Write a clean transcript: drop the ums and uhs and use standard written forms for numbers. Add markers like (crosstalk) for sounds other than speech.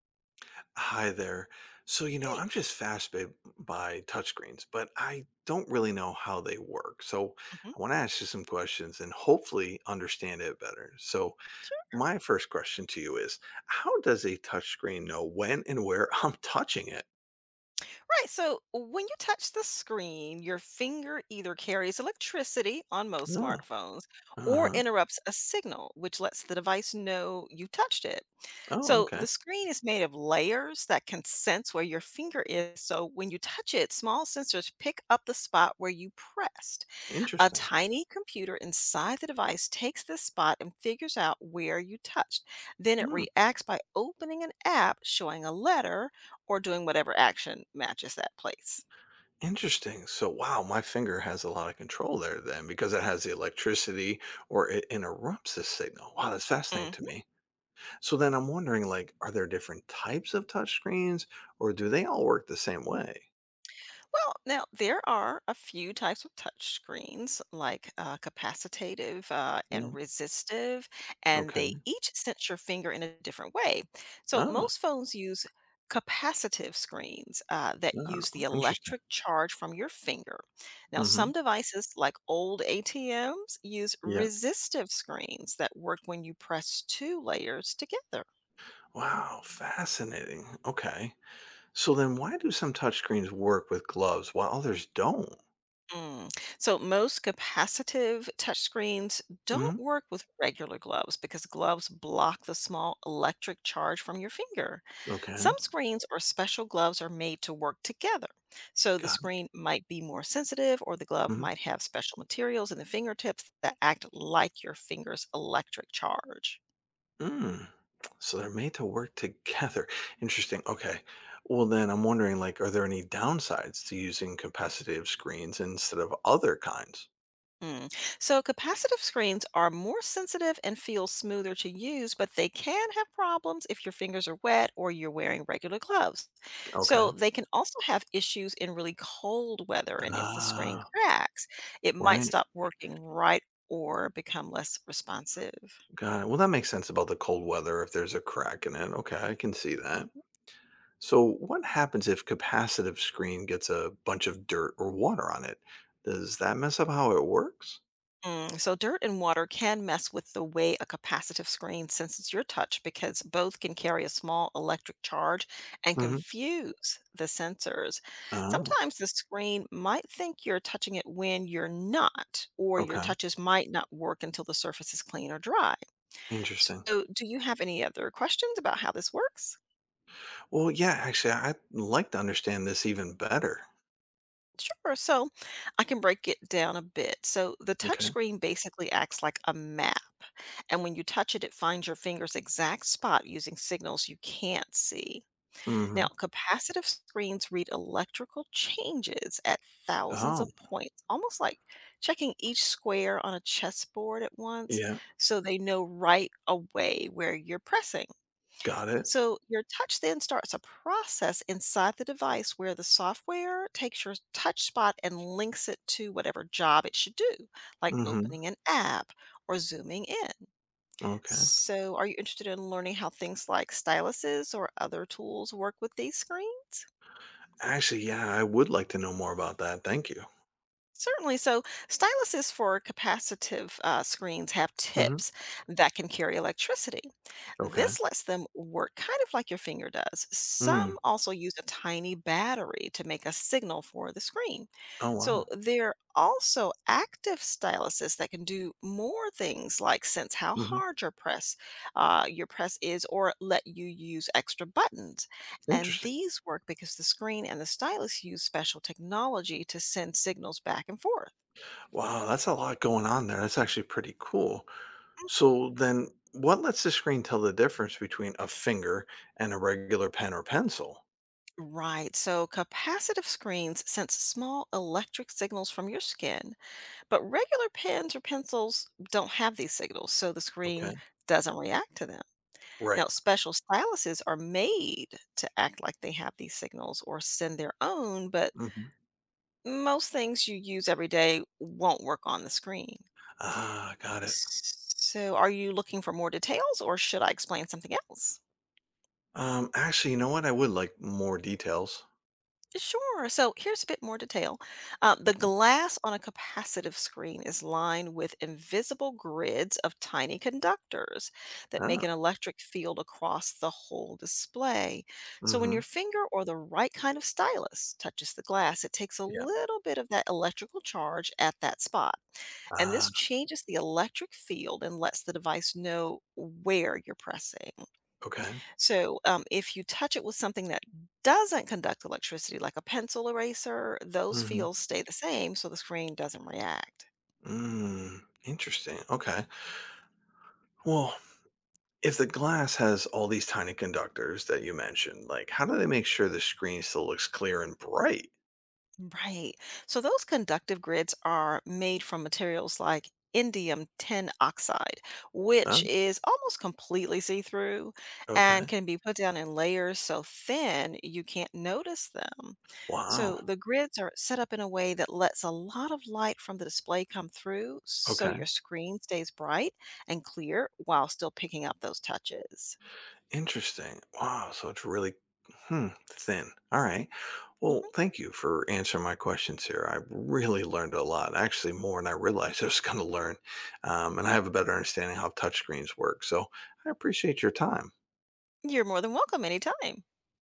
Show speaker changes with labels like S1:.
S1: Hi there. So, I'm
S2: D.
S1: just fascinated by touchscreens, but I don't really know how they work. So,
S2: Mhm.
S1: I want to ask you some questions and hopefully understand it better. So,
S2: Sure.
S1: my first question to you is how does a touchscreen know when and where (laughs) I'm touching it?
S2: Right. So when you touch the screen, your finger either carries electricity on most
S1: Oh,
S2: smartphones
S1: uh
S2: or
S1: huh.
S2: interrupts a signal, which lets the device know you touched it.
S1: Oh,
S2: So
S1: okay.
S2: the screen is made of layers that can sense where your finger is. So when you touch it, small sensors pick up the spot where you pressed. A
S1: Interesting.
S2: tiny computer inside the device takes this spot and figures out where you touched. Then it
S1: Hmm,
S2: reacts by opening an app, showing a letter, or doing whatever action matches that place.
S1: Interesting. So, wow, my finger has a lot of control there then because it has the electricity or it interrupts the signal. Wow, that's fascinating to
S2: Mm-hmm.
S1: me. So then I'm wondering, like, are there different types of touchscreens, or do they all work the same way?
S2: Well, now there are a few types of touch screens, like capacitive and
S1: Mm,
S2: resistive, and they
S1: okay.
S2: each sense your finger in a different way. So
S1: Oh,
S2: most phones use capacitive screens that use the
S1: wow, interesting.
S2: electric charge from your finger. Now,
S1: Mhm.
S2: some devices, like old ATMs, use
S1: Yeah.
S2: resistive screens that work when you press two layers together.
S1: Wow, fascinating. Okay. So then why do some touchscreens work with gloves while others don't?
S2: Mm. So most capacitive touchscreens don't
S1: Mhm.
S2: work with regular gloves because gloves block the small electric charge from your finger. Some
S1: Okay.
S2: screens or special gloves are made to work together. So the
S1: Got it.
S2: screen might be more sensitive or the glove
S1: Mhm.
S2: might have special materials in the fingertips that act like your finger's electric charge.
S1: Mm. So they're made to work together. Interesting. Okay. Well, then I'm wondering, like, are there any downsides to using capacitive screens instead of other kinds?
S2: Mm. So capacitive screens are more sensitive and feel smoother to use, but they can have problems if your fingers are wet or you're wearing regular gloves.
S1: Okay.
S2: So they can also have issues in really cold weather, and if the screen
S1: Ah.
S2: cracks, it might
S1: Right.
S2: stop working right or become less responsive?
S1: Got it. Well, that makes sense about the cold weather if there's a crack in it. Okay, I can see that.
S2: Mhm.
S1: So, what happens if capacitive screen gets a bunch of dirt or water on it? Does that mess up how it works?
S2: So dirt and water can mess with the way a capacitive screen senses your touch because both can carry a small electric charge and
S1: Hmm.
S2: confuse the sensors.
S1: Oh,
S2: Sometimes the screen might think you're touching it when you're not, or your
S1: okay.
S2: touches might not work until the surface is clean or dry.
S1: Interesting.
S2: So, do you have any other questions about how this works?
S1: Well, yeah, actually, I'd like to understand this even better.
S2: Sure. So, I can break it down a bit. So, the touch
S1: Okay.
S2: screen basically acts like a map, and when you touch it, it finds your finger's exact spot using signals you can't see. Now,
S1: Hmm.
S2: capacitive screens read electrical changes at thousands
S1: Oh,
S2: of points, almost like checking each square on a chessboard at once,
S1: yeah.
S2: so they know right away where you're pressing.
S1: Got it.
S2: So, your touch then starts a process inside the device where the software takes your touch spot and links it to whatever job it should do, like
S1: Hmm.
S2: opening an app or zooming in.
S1: Okay.
S2: So, are you interested in learning how things like styluses or other tools work with these screens?
S1: Actually, yeah, I would like to know more about that. Thank you.
S2: Certainly. So, styluses for capacitive screens have
S1: Hmm.
S2: tips that can carry electricity.
S1: Okay.
S2: This lets them work kind of like your finger does.
S1: Mm.
S2: Some also use a tiny battery to make a signal for the screen.
S1: Oh,
S2: So,
S1: wow.
S2: there are also active styluses that can do more things like sense how
S1: hmm
S2: hard your press is, or let you use extra buttons. And
S1: Interesting.
S2: these work because the screen and the stylus use special technology to send signals back and forth.
S1: Wow, that's a lot going on there. That's actually pretty cool. So then what lets the screen tell the difference between a finger and a regular pen or pencil?
S2: Right, so capacitive screens sense small electric signals from your skin, but regular pens or pencils don't have these signals, so the screen
S1: Okay.
S2: doesn't react to them.
S1: Right.
S2: Now, special styluses are made to act like they have these signals or send their own, but
S1: hmm
S2: most things you use every day won't work on the screen.
S1: Ah, got it.
S2: So, are you looking for more details or should I explain something else?
S1: Actually, you know what? I would like more details.
S2: Sure. So, here's a bit more detail. The
S1: Okay.
S2: glass on a capacitive screen is lined with invisible grids of tiny conductors that make an
S1: Ah,
S2: electric field across the whole display. So, when
S1: mm-hmm.
S2: your finger or the right kind of stylus touches the glass, it takes a
S1: Yeah.
S2: little bit of that electrical charge at that spot. And this
S1: Ah,
S2: changes the electric field and lets the device know where you're pressing.
S1: okay.
S2: So if you touch it with something that doesn't conduct electricity, like a pencil eraser, those
S1: Mm-hmm.
S2: fields stay the same, so the screen doesn't react.
S1: Interesting. Okay. Well, if the glass has all these tiny conductors that you mentioned, like how do they make sure the screen still looks clear and bright?
S2: Right. So those conductive grids are made from materials like indium tin oxide,
S1: Oh,
S2: which is almost completely see through
S1: okay.
S2: and can be put down in layers so thin you can't notice them.
S1: Wow.
S2: So the grids are set up in a way that lets a lot of light from the display come through so
S1: Okay.
S2: your screen stays bright and clear while still picking up those touches.
S1: Interesting. Wow. So it's really thin. All right. Well,
S2: Mhm.
S1: thank you for answering my questions here. I really learned a lot, actually, more than I realized I was going to learn. And I have a better understanding how touchscreens work. So I appreciate your time.
S2: You're more than welcome anytime.